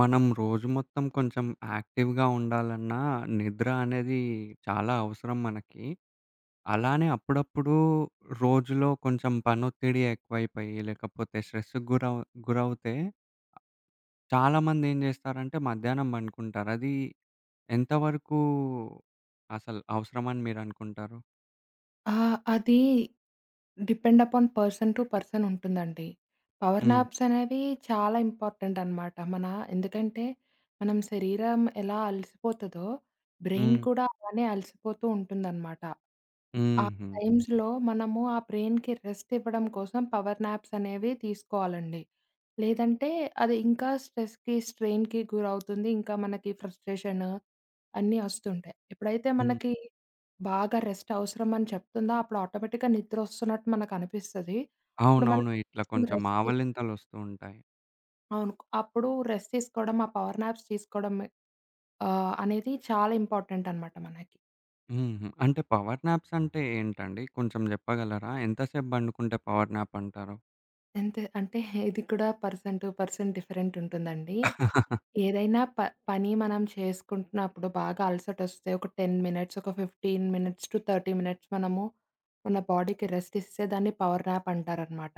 మనం రోజు మొత్తం కొంచెం యాక్టివ్‌గా ఉండాలన్నా, నిద్ర అనేది చాలా అవసరం మనకి. అలానే అప్పుడప్పుడు రోజులో కొంచెం పనొత్తిడి ఎక్కువైపోయి, లేకపోతే స్ట్రెస్‌కి గురవుతే చాలామంది ఏం జేస్తారంటే మధ్యాహ్నం పనుకుంటారు. అది ఎంతవరకు అసలు అవసరమని మీరనుకుంటారు? ఆ! అది depend upon person to person ఉంటుందండి. Power hmm. నాప్స్ అనేవి చాలా ఇంపార్టెంట్ అనమాట. ఎందుకంటే, మనం శరీరం ఎలా అలసిపోతదో, బ్రెయిన్ హ్మ్. కూడా అలానే అలసిపోతూ ఉంటుందనమాట. ఆ హుహు. టైమ్స్‌లో మనము ఆ బ్రెయిన్‌కి రెస్ట్ ఇవ్వడం కోసం పవర్ నాప్స్ అనేవి తీసుకోవాలండి. లేదంటే అది ఇంకా స్ట్రెస్‌కి, స్ట్రెయిన్‌కి గురవుతుంది. ఇంకా మనకి ఫ్రస్ట్రేషన్ అన్నీ వస్తుంటాయి. ఎప్పుడైతే హ్మ్. మనకి బాగా రెస్ట్ అవసరం అని చెప్తుందా, అప్పుడు ఆటోమేటిక్‌గా నిద్రొస్తున్నట్టు మనకనిపిస్తది. ఇప్పుడు మనం అవునవును. ఇట్లా కొంచెం కొంచెం రెస్ట్ తీస్ ఆవలింతలొస్తూ ఉంటాయి. అవును. అప్పుడు రెస్ట్ తీసుకోవడం, ఆ పవర్ నాప్స్ తీసుకోవడం అనేది చాలా ఇంపార్టెంట్ అనమాట మనకి. హుహు. అంటే పవర్ నాప్స్ అంటే ఏంటండి? కొంచెం జెప్పగలరా? ఎంతసేపు బండుకుంటే పవర్ నాప్ అంటారు? ఎంతే అంటే ఇది కూడా పర్సన్ టు పర్సన్ డిఫరెంట్ ఉంటుందండి. ఏదైనా పని మనం చేసుకుంటున్నప్పుడు బాగా అలసటొస్తే ఒక 10 మినిట్స్, ఒక 15 మినిట్స్ టు 30 మినిట్స్ మనము మన బాడీకి రెస్ట్ ఇస్తే దాన్ని పవర్ నాప్ అంటారనమాట.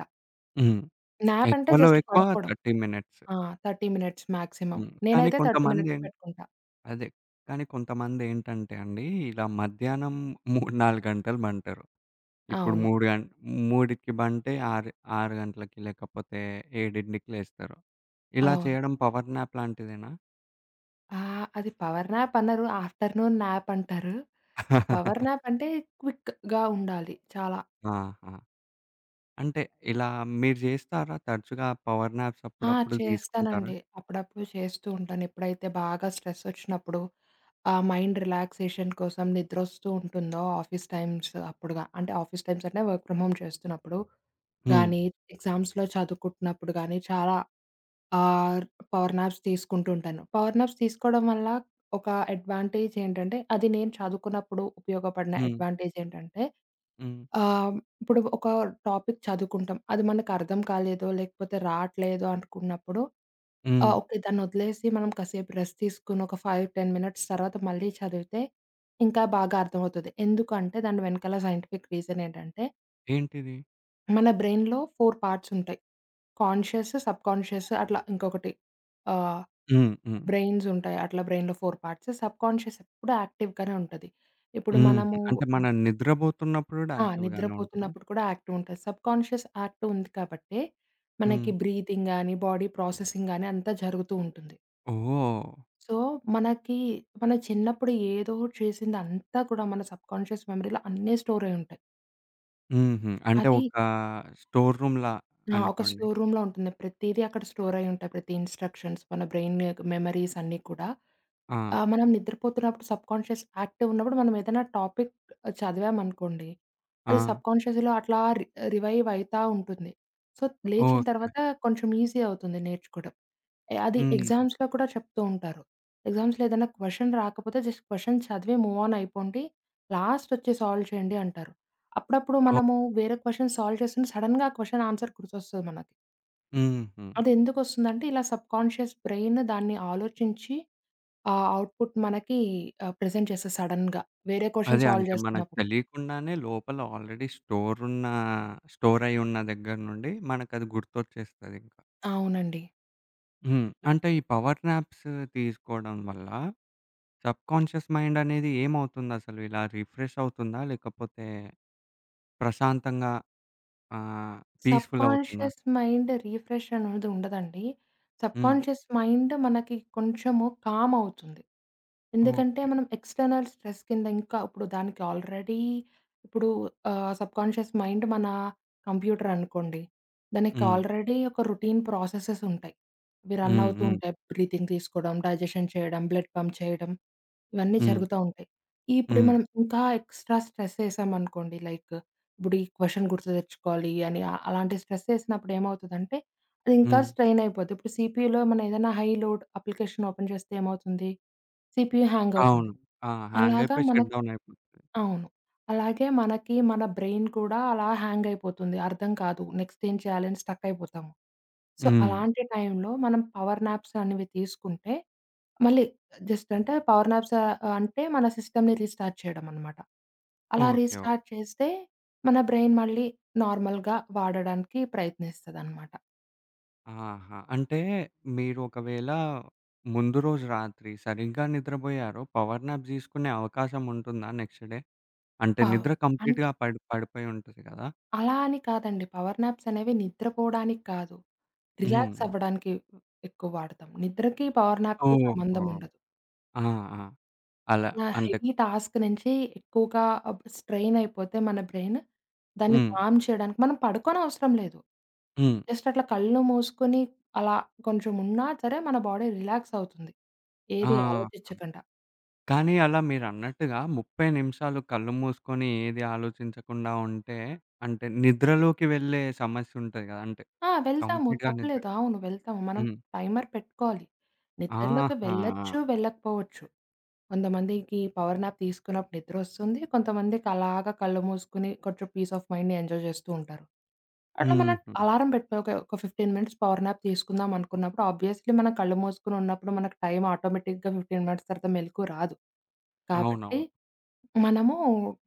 హ్మ్. నాప్ అంటే ఎక్కువలో జస్ట్ ఎక్కువ పడుకోవడం. 30 మినిట్స్. ఆ! 30 మినిట్స్ మాక్సిమం. హ్మ్. కానీ నేనైతే 30 కొంతమంది మినిట్స్ ఏం పెట్టుకుంటా. అదే. కానీ కొంతమందేంటంటే అండి, ఇలా మధ్యాహ్నం 3, 4 గంటలు బంటారు. ఇప్పుడు అవును. 3 గం 3కి బంటే 6, 6 గంటలకి లేకపోతే 7కి లేస్తారు. ఇలా అవును. చేయడం పవర్ నాప్ లాంటిదేనా? అది పవర్ న్యాప్ అనరు. ఆఫ్టర్‌నూన్ న్యాప్ అంటారు. పవర్ న్యాప్ అంటే క్విక్‌గా ఉండాలి చాలా. ఆహా! అంటే ఇలా మీరు జేస్తారా? తరచుగా పవర్ నాప్స్ ఆ! అప్పుడప్పుడు తీసుకుంటారా? చేస్తానండి. అప్పుడప్పుడు చేస్తూ ఉంటాను. ఎప్పుడైతే బాగా స్ట్రెస్ వచ్చినప్పుడు మైండ్ రిలాక్సేషన్ కోసం నిద్రొస్తూ ఉంటుందో ఆఫీస్ టైమ్స్ అప్పుడుగా అంటే ఆఫీస్ టైమ్స్ అంటే వర్క్ ఫ్రమ్ హోమ్ చేస్తున్నప్పుడు హ్మ్. గానీ, ఎగ్జామ్స్‌లో చదువుకుంటున్నప్పుడు గానీ చాలా ఆర్ పవర్ నాప్స్ తీసుకుంటూ ఉంటాను. పవర్ నాప్స్ తీసుకోవడం వల్ల ఒక అడ్వాంటేజ్ ఏంటంటే, అది నేను చదువుకున్నప్పుడు ఉపయోగపడిన హ్మ్. అడ్వాంటేజ్ ఏంటంటే, హ్మ్. ఆహ్, ఇప్పుడు ఒక టాపిక్ చదువుకుంటాం. అది మనకు అర్థం కాలేదో, లేకపోతే రావట్లేదో అనుకున్నప్పుడు హ్మ్. ఓకే, దాన్ని వదిలేసి మనం కాసేపు రెస్ట్ తీసుకొని ఒక 5, 10 మినిట్స్ తర్వాత మళ్ళీ చదివితే ఇంకా బాగా అర్థమవుతది. ఎందుకంటే దాని వెనకాల సైంటిఫిక్ రీజన్ ఏంటంటే, ఏంటిది? మన బ్రెయిన్‌లో 4 పార్ట్స్ ఉంటాయి. కాన్షియస్, సబ్‌కాన్షియస్ అట్లా ఇంకొకటి. ఆహ్ హ్మ్. హ్మ్. బ్రెయిన్స్ ఉంటాయి. అట్లా బ్రెయిన్‌లో 4 పార్ట్స్. సబ్‌కాన్షియస్ ఎప్పుడు యాక్టివ్‌గానే ఉంటది. ఇప్పుడు హ్మ్. మనము అంటే మనం నిద్రబోతున్నప్పుడు గూడా యాక్టివ్‌గానే ఉంటదా? నిద్రపోతున్నప్పుడు కూడా యాక్టివ్ ఉంటది. సబ్‌కాన్షియస్ యాక్టివ్ ఉంది కాబట్టే, హ్మ్. మనకి బ్రీతింగ్ గాని, బాడీ ప్రాసెసింగ్ గాని అంతా జరుగుతూ ఉంటుంది. ఓహ్! సో, మనకి మన చిన్నప్పుడు ఏదో ఒకటి చేసిందంతా కూడా మన సబ్‌కాన్షియస్ మెమరీలో అన్నీ స్టోర్ అయ్యుంటాయి. హుహు. అంటే అది ఒక స్టోర్ రూమ్‌లా ఆ! ఒక అనుకోండి. స్టోర్ రూమ్‌లో ఉంటుంది. ప్రతీదీ అక్కడ స్టోర్ అయ్యుంటాయి. ప్రతి ఇన్‌స్ట్రక్షన్స్, మన బ్రెయిన్ మెమరీస్ అన్నీ కూడా. ఆ! మనం నిద్రపోతున్నప్పుడు సబ్‌కాన్షియస్ యాక్టివ్ ఉన్నప్పుడు మనం ఏదైనా టాపిక్ చదివామనుకోండి, ఆ! అది సబ్‌కాన్షియస్‌లో అట్లా రివైవ్ అయితా ఉంటుంది. సో, లేచిన ఓకే. తర్వాత కొంచెం ఈజీ అవుతుంది నేర్చుకోవడం. అది హుహు. ఎగ్జామ్స్‌లో కూడా చెప్తూ ఉంటారు. ఎగ్జామ్స్‌లో ఏదైనా క్వెషన్ రాకపోతే జస్ట్ క్వెషన్ చదివి మూవ్ ఆన్ అయిపోండి. లాస్ట్ వచ్చి సాల్వ్ చేయండి అంటారు. అప్పుడప్పుడు అవ్ మనము వేరే క్వెషన్ సాల్వ్ చేస్తుంటే సడెన్‌గా ఆ క్వెషన్ ఆన్సర్ గుర్తొస్తది మనకి. హుహు. అది ఎందుకొస్తుందంటే ఇలా సబ్‌కాన్షియస్ బ్రెయిన్ దాన్ని ఆలోచించి ఆ ఔట్‌పుట్ మనకి ప్రెజెంట్ చేస్తారు సడెన్‌గా, వేరే క్వెషన్ అదే సాల్వ్ అంటే మనకు చేస్తున్నప్పుడు. తెలియకుండానే లోపల ఆల్రెడీ స్టోర్ అయి ఉన్న దగ్గర నుండి మనకది గుర్తొచ్చేస్తదింకా. అవునండి. హ్మ్. అంటే ఈ పవర్ నాప్స్ తీసుకోవడం వల్ల సబ్‌కాన్షియస్ మైండనేది ఏమవుతుందసలు? ఇలా రిఫ్రెష్ అవుతుందా? లేకపోతే ప్రశాంతంగా ఆహ్, పీస్‌ఫుల్ అవుతుందా? సబ్‌కాన్‌షియస్ మైండ్ రిఫ్రెష్ అనేది ఉండదండి. హ్మ్. సబ్‌కాన్‌షియస్ మైండ్ మనకి కొంచెము కామ్ అవుతుంది. ఎందుకంటే, ఓకే. మనం ఎక్స్‌టర్నల్ స్ట్రెస్ కింద ఇంకా ఇప్పుడు దానికి ఆల్రెడీ ఇప్పుడు సబ్‌కాన్‌షియస్ మైండ్ మన కంప్యూటర్ అనుకోండి. దానికి హ్మ్. ఆల్రెడీ ఒక రొటీన్ ప్రాసెసెస్ ఉంటాయి. అవి రన్ హ్మ్. అవుతూ హ్మ్. ఉంటాయి. బ్రీతింగ్ తీసుకోవడం, డైజెషన్ చేయడం, బ్లడ్ పంప్ చేయడం, ఇవన్నీ హ్మ్. జరుగుతా ఉంటాయి. ఇప్పుడు హ్మ్. మనం ఇంకా ఎక్స్‌ట్రా స్ట్రెస్ ఏసామనుకోండి, లైక్ ఇప్పుడు ఈ క్వెషన్ గుర్తు తెచ్చుకోవాలి అని అలాంటి స్ట్రెస్ ఏసినప్పుడు ఏమవుతదంటే, అది ఇంకా హ్మ్. స్ట్రెయిన్ అయిపోద్ది. ఇప్పుడు సీపీయూలో మనం ఏదైనా హై లోడ్ అప్లికేషన్ ఓపెన్ చేస్తే ఏమవుతుంది? సీపీయూ హ్యాంగ్ అవుతుంది. అవును. ఆ! హ్యాంగ్ అలాగా అయిపోయి షట్ మనకి డౌన్ అయిపోతుంది. అవును. అలాగే మనకి మన బ్రెయిన్ కూడా అలా హ్యాంగ్ అయిపోతుంది. అర్థం కాదు. నెక్స్ట్ ఏం చేయాలి అని స్టక్ అయిపోతాము. సో, హ్మ్. అలాంటి టైంలో మనం పవర్ నాప్స్ అనేవి తీసుకుంటే మళ్ళీ జస్ట్ అంటే పవర్ నాప్స్ అంటే మన సిస్టమ్‌ని రీస్టార్ట్ చేయడం అన్నమాట. అలా ఓకే. ఓకే. రీస్టార్ట్ చేస్తే మన బ్రెయిన్ మళ్ళీ నార్మల్‌గా వాడడానికి ప్రయత్నిస్తదన్నమాట. ఆహా! అంటే మీరు ఒకవేళ ముందు రోజు రాత్రి సరిగ్గా నిద్రబోయారో పవర్ న్యాప్ తీసుకునే అవకాశం ఉంటుందా నెక్స్ట్ డే? అంటే పవ్ నిద్ర అంటే కంప్లీట్‌గా పడిపోయి ఉంటది కదా! అలా అని కాదండి. పవర్ నాప్స్ అనేవి నిద్రపోవడానికి కాదు. హ్మ్. రిలాక్స్ అవ్వడానికి ఎక్కువ వాడతాం. నిద్రకి పవర్ నాప్‌కి ఓహో! సంబంధం ఉండదు. ఆ! ఆ! అలా అంటే హెవీ టాస్క్ నుంచి ఎక్కువగా స్ట్రెయిన్ అయిపోతే మన బ్రెయిన్, దాన్ని హ్మ్. కామ్ చేయడానికి మనం పడుకోనవసరం లేదు. హ్మ్. జస్ట్ అట్లా కళ్ళు మూసుకొని అలా కొంచెం ఉన్నా సరే మన బాడీ రిలాక్స్ అవుతుంది, ఆ! ఏది ఆలోచించకుండా. కానీ అలా మీరన్నట్టుగా 30 నిమిషాలు కళ్ళు మూసుకొని ఏది ఆలోచించకుండా ఉంటే, అంటే నిద్రలోకి వెళ్ళే సమస్యుంటది గదా! అంటే ఆ, వెళ్తాము. కంప్లీట్‌గా నిద్ర తప్పులేదు. అవును. వెళ్తాము. మనం హ్మ్. టైమర్ పెట్టుకోవాలి. నిద్రలోకి ఆహా! వెళ్ళొచ్చు, వెళ్ళకపోవచ్చు. కొంతమందికి పవర్ న్యాప్ తీసుకున్నప్పుడు నిద్రొస్తుంది. కొంతమందికి అలాగా కళ్ళు మూసుకొని కొంచెం పీస్ ఆఫ్ మైండ్‌ని ఎంజాయ్ జేస్తూ ఉంటారు. అట్లా మనం హుహు. అలారం పెట్టుకో ఒక ఒక 15 మినిట్స్ పవర్ న్యాప్ తీసుకుందాం అనుకున్నప్పుడు ఆబ్వియస్‌లీ మనం కళ్ళు మూసుకొని ఉన్నప్పుడు మనకు టైం ఆటోమేటిక్‌గా 15 మినిట్స్ తర్వాత మెలుకువ రాదు. కాబట్టి అవునవును. మనము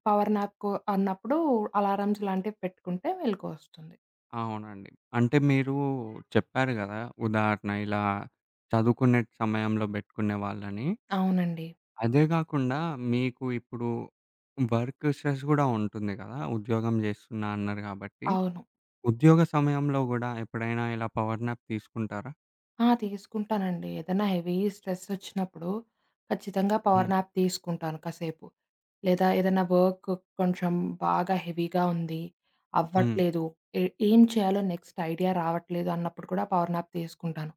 పవర్ న్యాప్‌కు అన్నప్పుడు అలారమ్స్ లాంటివి పెట్టుకుంటే మెలుకువొస్తుంది. అవునండి. అంటే మీరు చెప్పారు గదా! ఉదాహరణ ఇలా చదువుకునే సమయంలో బెట్టుకునేవాళ్ళని. అవునండి. అదే గాకుండా మీకు ఇప్పుడు వర్క్ స్ట్రెస్ గూడా ఉంటుంది గదా! ఉద్యోగం జేస్తున్నా అన్నారు గాబట్టి. అవును. ఉద్యోగ సమయంలో గూడా ఎప్పుడైనా ఇలా పవర్ నాప్ తీసుకుంటారా? తీసుకుంటానండి. ఏదైనా హెవీ స్ట్రెసొచ్చినప్పుడు ఖచ్చితంగా పవర్ హ్మ్. నాప్ తీసుకుంటాను కాసేపు. లేదా ఏదైనా వర్క్ కొంచెం బాగా హెవీగా ఉంది, హ్మ్. అవ్వట్లేదు, ఏ ఏం చేయాలో నెక్స్ట్ ఐడియా రావట్లేదు అన్నప్పుడు కూడా పవర్ నాప్ తీసుకుంటాను.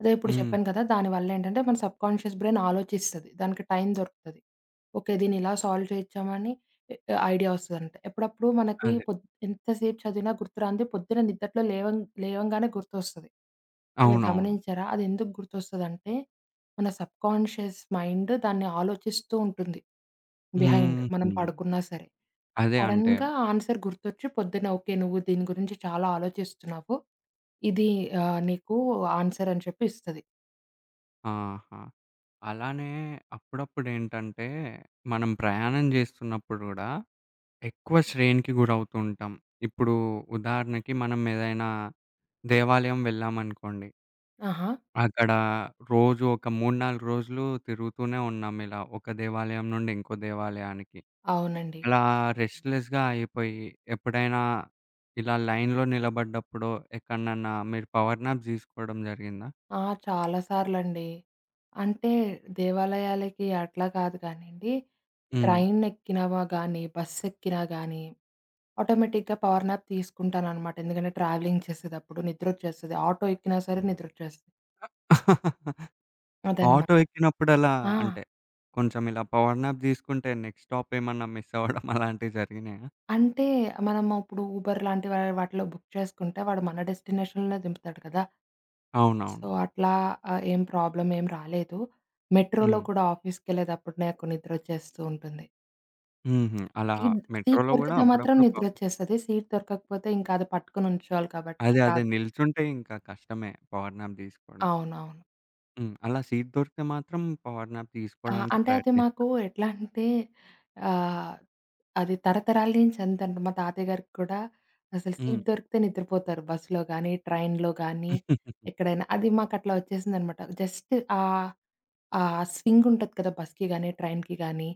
అదే ఇప్పుడు హ్మ్. చెప్పాను కదా! దానివల్లేంటంటే మన సబ్‌కాన్షియస్ బ్రైన్ ఆలోచిస్తది. దానికి టైం దొరుకుతది. ఓకే, దీన్నిలా సాల్వ్ చేద్దామని ఎ ఐడియా వస్తదంట. ఎప్పుడప్పుడు మనకి అదే. పొద్ ఎంతసేపు చదివినా గుర్తురానిది పొద్దున నిద్దట్లో లేవంగానే గుర్తొస్తది. అలా అవునవును. గమనించారా? అదెందుకు గుర్తొస్తదంటే, మన సబ్‌కాన్షియస్ మైండ్ దాన్ని ఆలోచిస్తూ ఉంటుంది, బిహైండ్ హుహు. మనం పడుకున్నా సరే. అదే అంటే సడెన్‌గా ఆన్సర్ గుర్తొచ్చి పొద్దున్న ఓకే, నువ్వు దీని గురించి చాలా ఆలోచిస్తున్నావు. ఇది నీకు ఆన్సర్ అని చెప్పి ఇస్తది. ఆహా! అలానే అప్పుడప్పుడేంటంటే, మనం ప్రయాణం జేస్తున్నప్పుడు గూడా ఎక్కువ శ్రేణికి గురవుతూ ఉంటాం. ఇప్పుడు ఉదాహరణకి మనం ఏదైనా దేవాలయం వెళ్ళామనుకోండి. ఆహా! అక్కడ రోజు ఒక 3, 4 రోజులు తిరుగుతూనే ఉన్నాం ఇలా ఒక దేవాలయం నుండి ఇంకో దేవాలయానికి. అవునండి. అలా రెస్ట్‌లెస్‌గా అయిపోయి, ఎప్పుడైనా ఇలా లైన్‌లో నిలబడ్డప్పుడో, ఎక్కడనన్నా మీరు పవర్ నాప్ తీసుకోవడం జరిగిందా? ఆ! చాలా సార్లండి. అంటే దేవాలయాలకి అట్లా కాదు కానియండి, హ్మ్. ట్రైన్ ఎక్కినవా గానీ, బస్ ఎక్కినా గానీ, ఆటోమేటిక్‌గా పవర్ నాప్ తీసుకుంటాననమాట. ఎందుకంటే ట్రావెలింగ్ చేసేటప్పుడు నిద్రొచ్చేస్తది. ఆటో ఎక్కినా సరే నిద్రొచ్చేస్తది. ఆటో అదనమాట. ఎక్కినప్పుడలా ఆ! అంటే, కొంచెం ఇలా పవర్ నాప్ తీసుకుంటే నెక్స్ట్ స్టాప్ ఏమన్నా మిస్ అవ్వడం అలాంటివి జరిగినాయా? అంటే మనము ఇప్పుడు ఊబర్ లాంటి వాటిలో బుక్ చేసుకుంటే వాడు మన డెస్టినేషన్‌లోనే దింపుతాడు కదా! సో, అవునవును. అట్లా ప్రాబ్లమ్ ఏం రాలేదు. మెట్రోలో హ్మ్. కూడా ఆఫీస్‌కెళ్ళేటప్పుడు నాకు నిద్రొచ్చేస్తూ ఉంటుంది. హుహు. అలా సీట్ సీట్ మెట్రోలో గూడా దొరికితే మాత్రం అప్పుడప్పుడు పవర్ నిద్రొచ్చేస్తది. సీట్ దొరకకపోతే ఇంకా అది పట్టుకొని ఉంచోవాలి కాబట్టి అదే. అదే. రాదు. నిల్చుంటే ఇంకా కష్టమే పవర్ నాప్ తీసుకోవడం. అవునవును. హ్మ్. అలా సీట్ దొరికితే మాత్రం పవర్ నాప్ తీసుకోవడానికి అంటే అది ప్రయత్నిస్తా. మాకు ఎట్లా అంటే ఆహ్, అది తరతరాల నుంచి అంతంట, మా తాతయ్య గారికి కూడా అసలు హ్మ్. సీట్ దొరికితే నిద్రపోతారు. బస్సులో గానీ, ట్రైన్‌లో గానీ, ఎక్కడైనా. అది మాకట్లా వచ్చేసిందనమాట. జస్ట్ ఆహ్, ఆ స్వింగ్ ఉంటది కదా! బస్‌కి గానీ, ట్రైన్‌కి గానీ,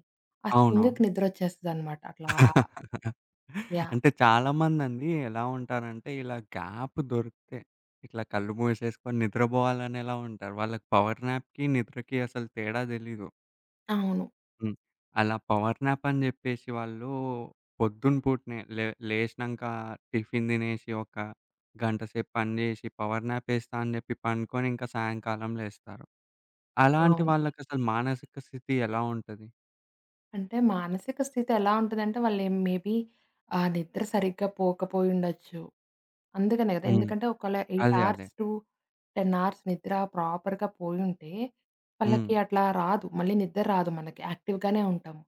ఆ అవునవును. స్వింగ్‌కి నిద్రొచ్చేస్తదనమాట. అట్లా యాహ్! అంటే చాలామందండి ఎలా ఉంటారంటే, ఇలా గ్యాప్ దొరికితే ఇట్లా కళ్ళు మూసేసుకొని నిద్రపోవాలని ఎలా ఉంటారు. వాళ్ళకి పవర్ న్యాప్‌కి, నిద్రకి అసలు తేడా తెలీదు. అవును. హ్మ్. అలా పవర్ న్యాప్ అని జెప్పేసి వాళ్ళు పొద్దున పూటనే లేశినంక టిఫిన్ తినేసి, ఒక గంట సేపు పని జేసి, పవర్ న్యాప్ ఏస్తా అని జెప్పి పండుకొని ఇంకా సాయంకాలం లేస్తారు. అలాంటి అవును. వాళ్ళకసలు మానసిక స్థితి ఎలా ఉంటది? అంటే మానసిక స్థితి ఎలా ఉంటదంటే మేబీ ఆ నిద్ర సరిగ్గా పోకపోయుండొచ్చు. అందుకనే గదా! హ్మ్. ఎందుకంటే ఒకవేళ 8 అదే. అదే. అవర్స్ టు 10 అవర్స్ నిద్ర ప్రాపర్‌గా పోయుంటే, హ్మ్. వాళ్ళకి అట్లా రాదు. మళ్ళీ నిద్ర రాదు మనకి, యాక్టివ్‌గానే ఉంటాము.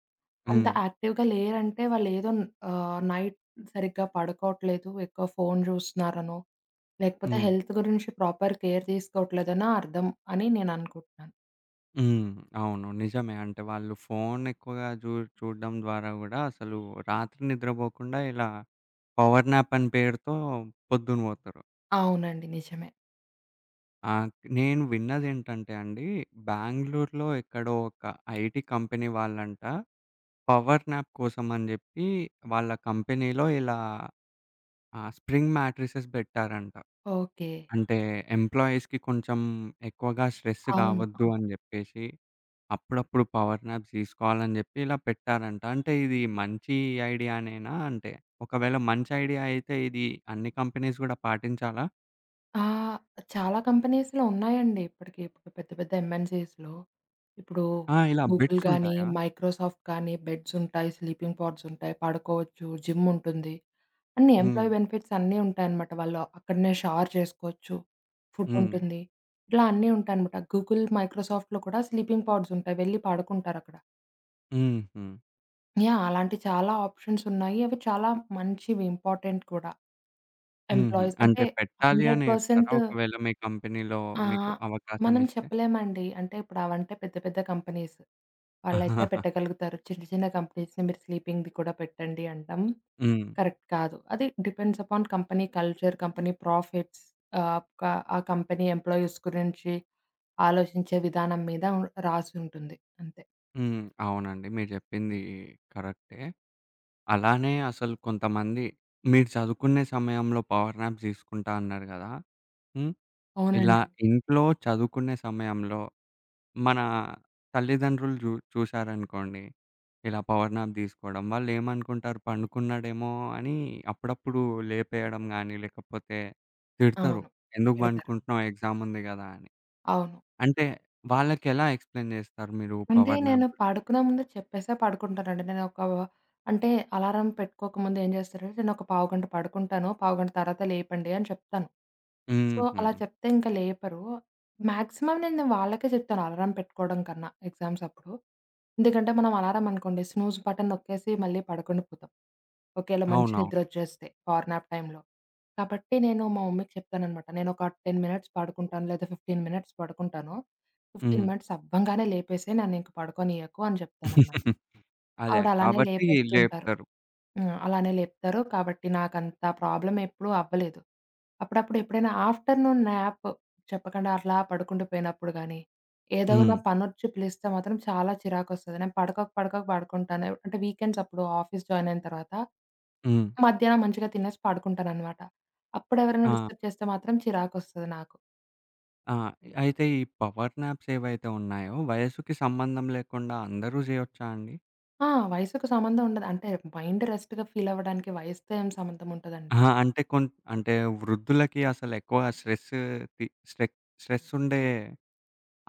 అంత హ్మ్. యాక్టివ్‌గా లేరంటే నైట్ సరిగ్గా పడుకోవట్లేదు, ఎక్కువ ఫోను జూస్తున్నారనో, లేకపోతే హ్మ్. హెల్త్ గురించి ప్రాపర్ కేర్ తీసుకోవట్లేదనో అర్థం అని నేననుకుంటున్నాను. హ్మ్. అవును. నిజమే. అంటే వాళ్ళు ఫోను ఎక్కువగా చూడడం ద్వారా గూడా అసలు రాత్రి నిద్రపోకుండా ఇలా పవర్ న్యాప్ అని పేరుతో పొద్దున పోతారు. అవునండి, నిజమే. ఆహ్, నేను విన్నదేంటంటే అండి బెంగుళూరులో ఎక్కడో ఒక ఐటీ కంపెనీ వాళ్ళంట పవర్ న్యాప్ కోసం అని జెప్పి వాళ్ళ కంపెనీలో ఇలా ఆహ్, స్ప్రింగ్ మ్యాట్రిసెస్ బెట్టారంట. ఓకే. అంటే ఎంప్లాయీస్‌కి కొంచెం ఎక్కువగా స్ట్రెస్ అవును. గావద్దు ఆ! అని జెప్పేసి అప్పుడప్పుడు పవర్ నాప్స్ తీసుకోవాలని జెప్పి ఇలా పెట్టారంట. అంటే ఇది మంచి ఐడియానేనా? అంటే ఒకవేళ మంచి ఐడియా అయితే ఇది అన్ని కంపెనీస్ గూడా పాటించాలా? ఆ! చాలా కంపెనీస్‌లో ఉన్నాయండి ఇప్పటికి. ఇప్పుడు పెద్ద పెద్ద ఎంఎన్‌సీస్‌లో ఇప్పుడు ఆ! ఇలా గూగుల్ బిట్స్ గానీ, ఉంటాయా? మైక్రోసాఫ్ట్ కానీ బెడ్స్ ఉంటాయి, స్లీపింగ్ పాడ్స్ ఉంటాయి, పడుకోవచ్చు, జిమ్ ఉంటుంది. అన్నీ హ్మ్. ఎంప్లాయీ బెనిఫిట్స్ అన్నీ ఉంటాయన్నమాట. వాళ్ళు అక్కడనే షవర్ చేసుకోవచ్చు, ఫుడ్ హ్మ్. ఉంటుంది. ఇట్లా అన్నీ ఉంటాయన్నమాట. గూగుల్, మైక్రోసాఫ్ట్‌లో కూడా స్లీపింగ్ పాడ్స్ ఉంటాయి. వెళ్లి పడుకుంటారక్కడ. హుహు. యాహ్! అలాంటి చాలా ఆప్షన్స్ ఉన్నాయి. అవి చాలా మంచివి, ఇంపార్టెంట్ కూడా. హుహు. ఎంప్లాయీస్ అంటే అంటే పెట్టాలి అనే జెప్తారా? 100%. ఒకవేళ మీ కంపెనీలో ఆ! మీకు అవకాశం మనం ఇస్తే? చెప్పలేమండి. అంటే ఇప్పుడు అవంటే పెద్ద పెద్ద కంపెనీస్. వాళ్ళైతే పెట్టగలుగుతారు. చిన్న చిన్న కంపెనీస్‌ని మీరు స్లీపింగ్‌ది కూడా పెట్టండి అంటాం. హ్మ్. కరెక్ట్ కాదు. అది depends upon company culture, company profits, ah, క ఆ కంపెనీ ఎంప్లాయీస్ గురించి ఆలోచించే విధానం మీద రాసుంటుంది అంతే. హ్మ్. అవునండి. మీరు జెప్పింది కరెక్టే. అలానే అసలు కొంతమంది మీరు చదువుకునే సమయంలో పవర్ నాప్స్ తీసుకుంటా అన్నారు గదా! హ్మ్. ఇలా అవునండి. ఇంట్లో చదువుకునే సమయంలో మన తల్లిదండ్రులు చూశారనుకోండి, ఇలా పవర్ నాప్ తీసుకోవడం. వాళ్ళేమనుకుంటారు పండుకున్నాడేమో అని అప్పుడప్పుడు లేపేయడం గానీ, లేకపోతే తిడతారు. అవును. ఎందుకు పెడతారు. పండుకుంటున్నావు ఎగ్జామ్ ఉంది గదా అని. అవును. అంటే వాళ్ళకెలా ఎక్స్‌ప్లెయిన్ జేస్తారు మీరు అంటే పవర్ నాప్ నేను గురించి? పడుకునే ముందు చెప్పేసే పడుకుంటానండి. నేనొక అంటే అలారం పెట్టుకోకముందు ఏం చేస్తానంటే, నేనొక పావుగంట పడుకుంటాను. పావుగంట తర్వాత లేపండి అని చెప్తాను. సో, హుహు. అలా చెప్తే ఇంక లేపరు. మాక్సిమం నేను వాళ్ళకే చెప్తాను అలారం పెట్టుకోవడం కన్నా ఎగ్జామ్స్ అప్పుడు. ఎందుకంటే మనం అలారం అనుకోండి స్నూజ్ బటన్ నొక్కేసి మళ్ళీ పడుకుండి పోతాం, ఒకేళ మంచి అవునవును. నిద్రొచ్చేస్తే పవర్ నాప్ టైమ్‌లో. కాబట్టి నేను మా మమ్మీకి చెప్తాననమాట, నేనొక 10 మినిట్స్ పడుకుంటాను లేదా 15 మినిట్స్ పడుకుంటాను. 15 హ్మ్. మినిట్స్ అవ్వంగానే లేపేసేయి, నన్నింక పడుకోనియ్యకు అని చెప్తాననమాట. అదే. ఆవిడ అలానే కాబట్టి లేపేస్తూ ఉంటారు. లేపుతారు. హ్మ్, అలానే లేపుతారు. కాబట్టి నాకంత ప్రాబ్లమ్ ఎప్పుడూ అవ్వలేదు. అప్పుడప్పుడు ఎప్పుడైనా ఆఫ్టర్‌నూన్ న్యాప్ చెప్పకుండా అట్లా పడుకుంటూ పోయినప్పుడు గానీ, ఏదో హ్మ్. నా పనొచ్చి పిలిస్తే మాత్రం చాలా చిరాకొస్తది. నేను పడకక పడకక పడుకుంటాను. అంటే వీకెండ్స్ అప్పుడు ఆఫీస్ జాయిన్ అయిన తర్వాత, హ్మ్. మధ్యాహ్నం మంచిగా తినేసి పడుకుంటాననమాట. అప్పుడెవరైనా ఆ! డిస్టర్బ్ చేస్తే మాత్రం చిరాకొస్తది నాకు. ఆ! అయితే ఈ పవర్ నాప్స్ ఏవైతే ఉన్నాయో వయస్సుకి సంబంధం లేకుండా అందరూ జేయొచ్చా అండి? ఆ! వయసుకు సంబంధం ఉండదు. అంటే మైండ్ రెస్ట్‌గా ఫీల్ అవ్వడానికి వయసుతో ఏం సంబంధం ఉంటదండి. అహా! అంటే అంటే వృద్ధులకి అసలెక్కువ స్ట్రెస్ తి స్ట్రెక్ స్ట్రెస్ ఉండే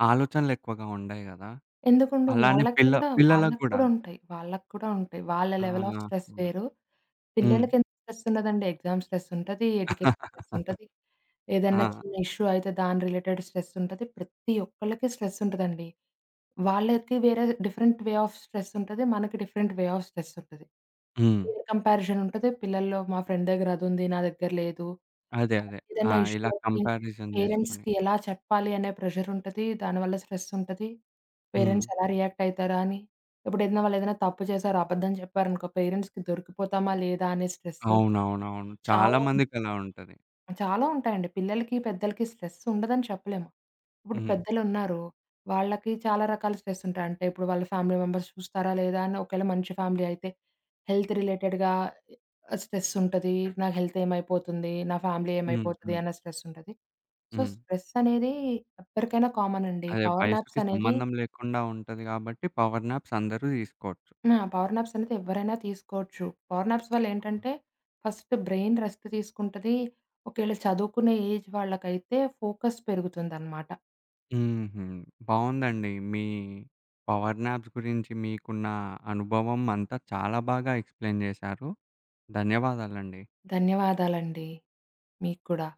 ఆలోచనలెక్కువగా ఉండయి గదా! ఎందుకుండవు అలానే వాళ్ళకి గూడా పిల్లలకు వాళ్ళకి గూడా. కూడా ఉంటాయి. వాళ్ళకి కూడా ఉంటాయి. వాళ్ళ ఆ! లెవెల్ ఆఫ్ స్ట్రెస్ వేరు. హ్మ్. పిల్లలకెంత స్ట్రెస్సుండదండి. ఎగ్జామ్ స్ట్రెస్సుంటది, ఎడ్యుకేషన్ స్ట్రెస్సుంటది. ఏదన్నా ఆ! చిన్న ఇష్యూ అయితే దాని రిలేటెడ్ స్ట్రెస్సుంటది. ప్రతి ఒక్కళ్ళకి స్ట్రెస్సుంటదండి. వాళ్ళకి వేరే డిఫరెంట్ వే ఆఫ్ స్ట్రెస్సుంటది. మనకి డిఫరెంట్ వే ఆఫ్ స్ట్రెస్సుంటది. హ్మ్. కంపారిజనుంటది. పిల్లల్లో మా ఫ్రెండ్ దగ్గర అదుంది, నా దగ్గర లేదు. అదే. అదే. ఆ! ఏదైనా ఇష్యూ ఇలా వచ్చి కంపారిజన్ జేసుకొని. పేరెంట్స్‌కి ఎలా చెప్పాలి అనే ప్రెషర్ ఉంటది. దానివల్ల స్ట్రెస్ ఉంటది. హ్మ్. పేరెంట్స్ ఎలా రియాక్ట్ అయితారా అని. ఇప్పుడు ఏదైనా వాళ్ళు ఏదైనా తప్పు చేశారు, అబద్ధం చెప్పారనుకో పేరెంట్స్‌కి దొరికిపోతామా లేదా అనే స్ట్రెస్. అవునవునవును. చాలా చాలా మందికలా ఉంటది. చాలా ఉంటాయండి. పిల్లలకి, పెద్దలకి స్ట్రెస్ ఉండదని చెప్పలేము. ఇప్పుడు హ్మ్. పెద్దలున్నారు. వాళ్ళకి చాలా రకాల స్ట్రెస్ ఉంటాయి. అంటే ఇప్పుడు వాళ్ళ ఫ్యామిలీ మెంబర్స్ చూస్తారా లేదా అని, ఒకవేళ మంచి ఫ్యామిలీ అయితే హెల్త్ రిలేటెడ్‌గా స్ట్రెస్ ఉంటది. నా హెల్త్ ఏమైపోతుంది? నా ఫ్యామిలీ హ్మ్. ఏమైపోతది? హ్మ్. అన్న స్ట్రెస్ ఉంటది. సో, హ్మ్. స్ట్రెస్ అనేది ఎవ్వరికైనా కామన్ అండి. అదే పవర్ వయసుకి నాప్స్ అనేది సంబంధం లేకుండా ఉంటది గాబట్టి పవర్ నాప్స్ అందరూ తీసుకోవచ్చు. పవర్ నాప్స్ అనేది ఎవ్వరైనా తీసుకోవచ్చు. పవర్ నాప్స్ వల్ల ఏంటంటే ఫస్ట్ బ్రెయిన్ రెస్ట్ తీసుకుంటది. ఒకవేళ చదువుకునే ఏజ్ వాళ్ళకైతే ఫోకస్ పెరుగుతుందన్నమాట. హుహు. బావుందండి. మీ పవర్ నాప్స్ గురించి మీకున్న అనుభవం అంతా చాలా బాగా ఎక్స్‌ప్లెయిన్ జేశారు. ధన్యవాదాలండి. ధన్యవాదాలండి. మీకు కూడా.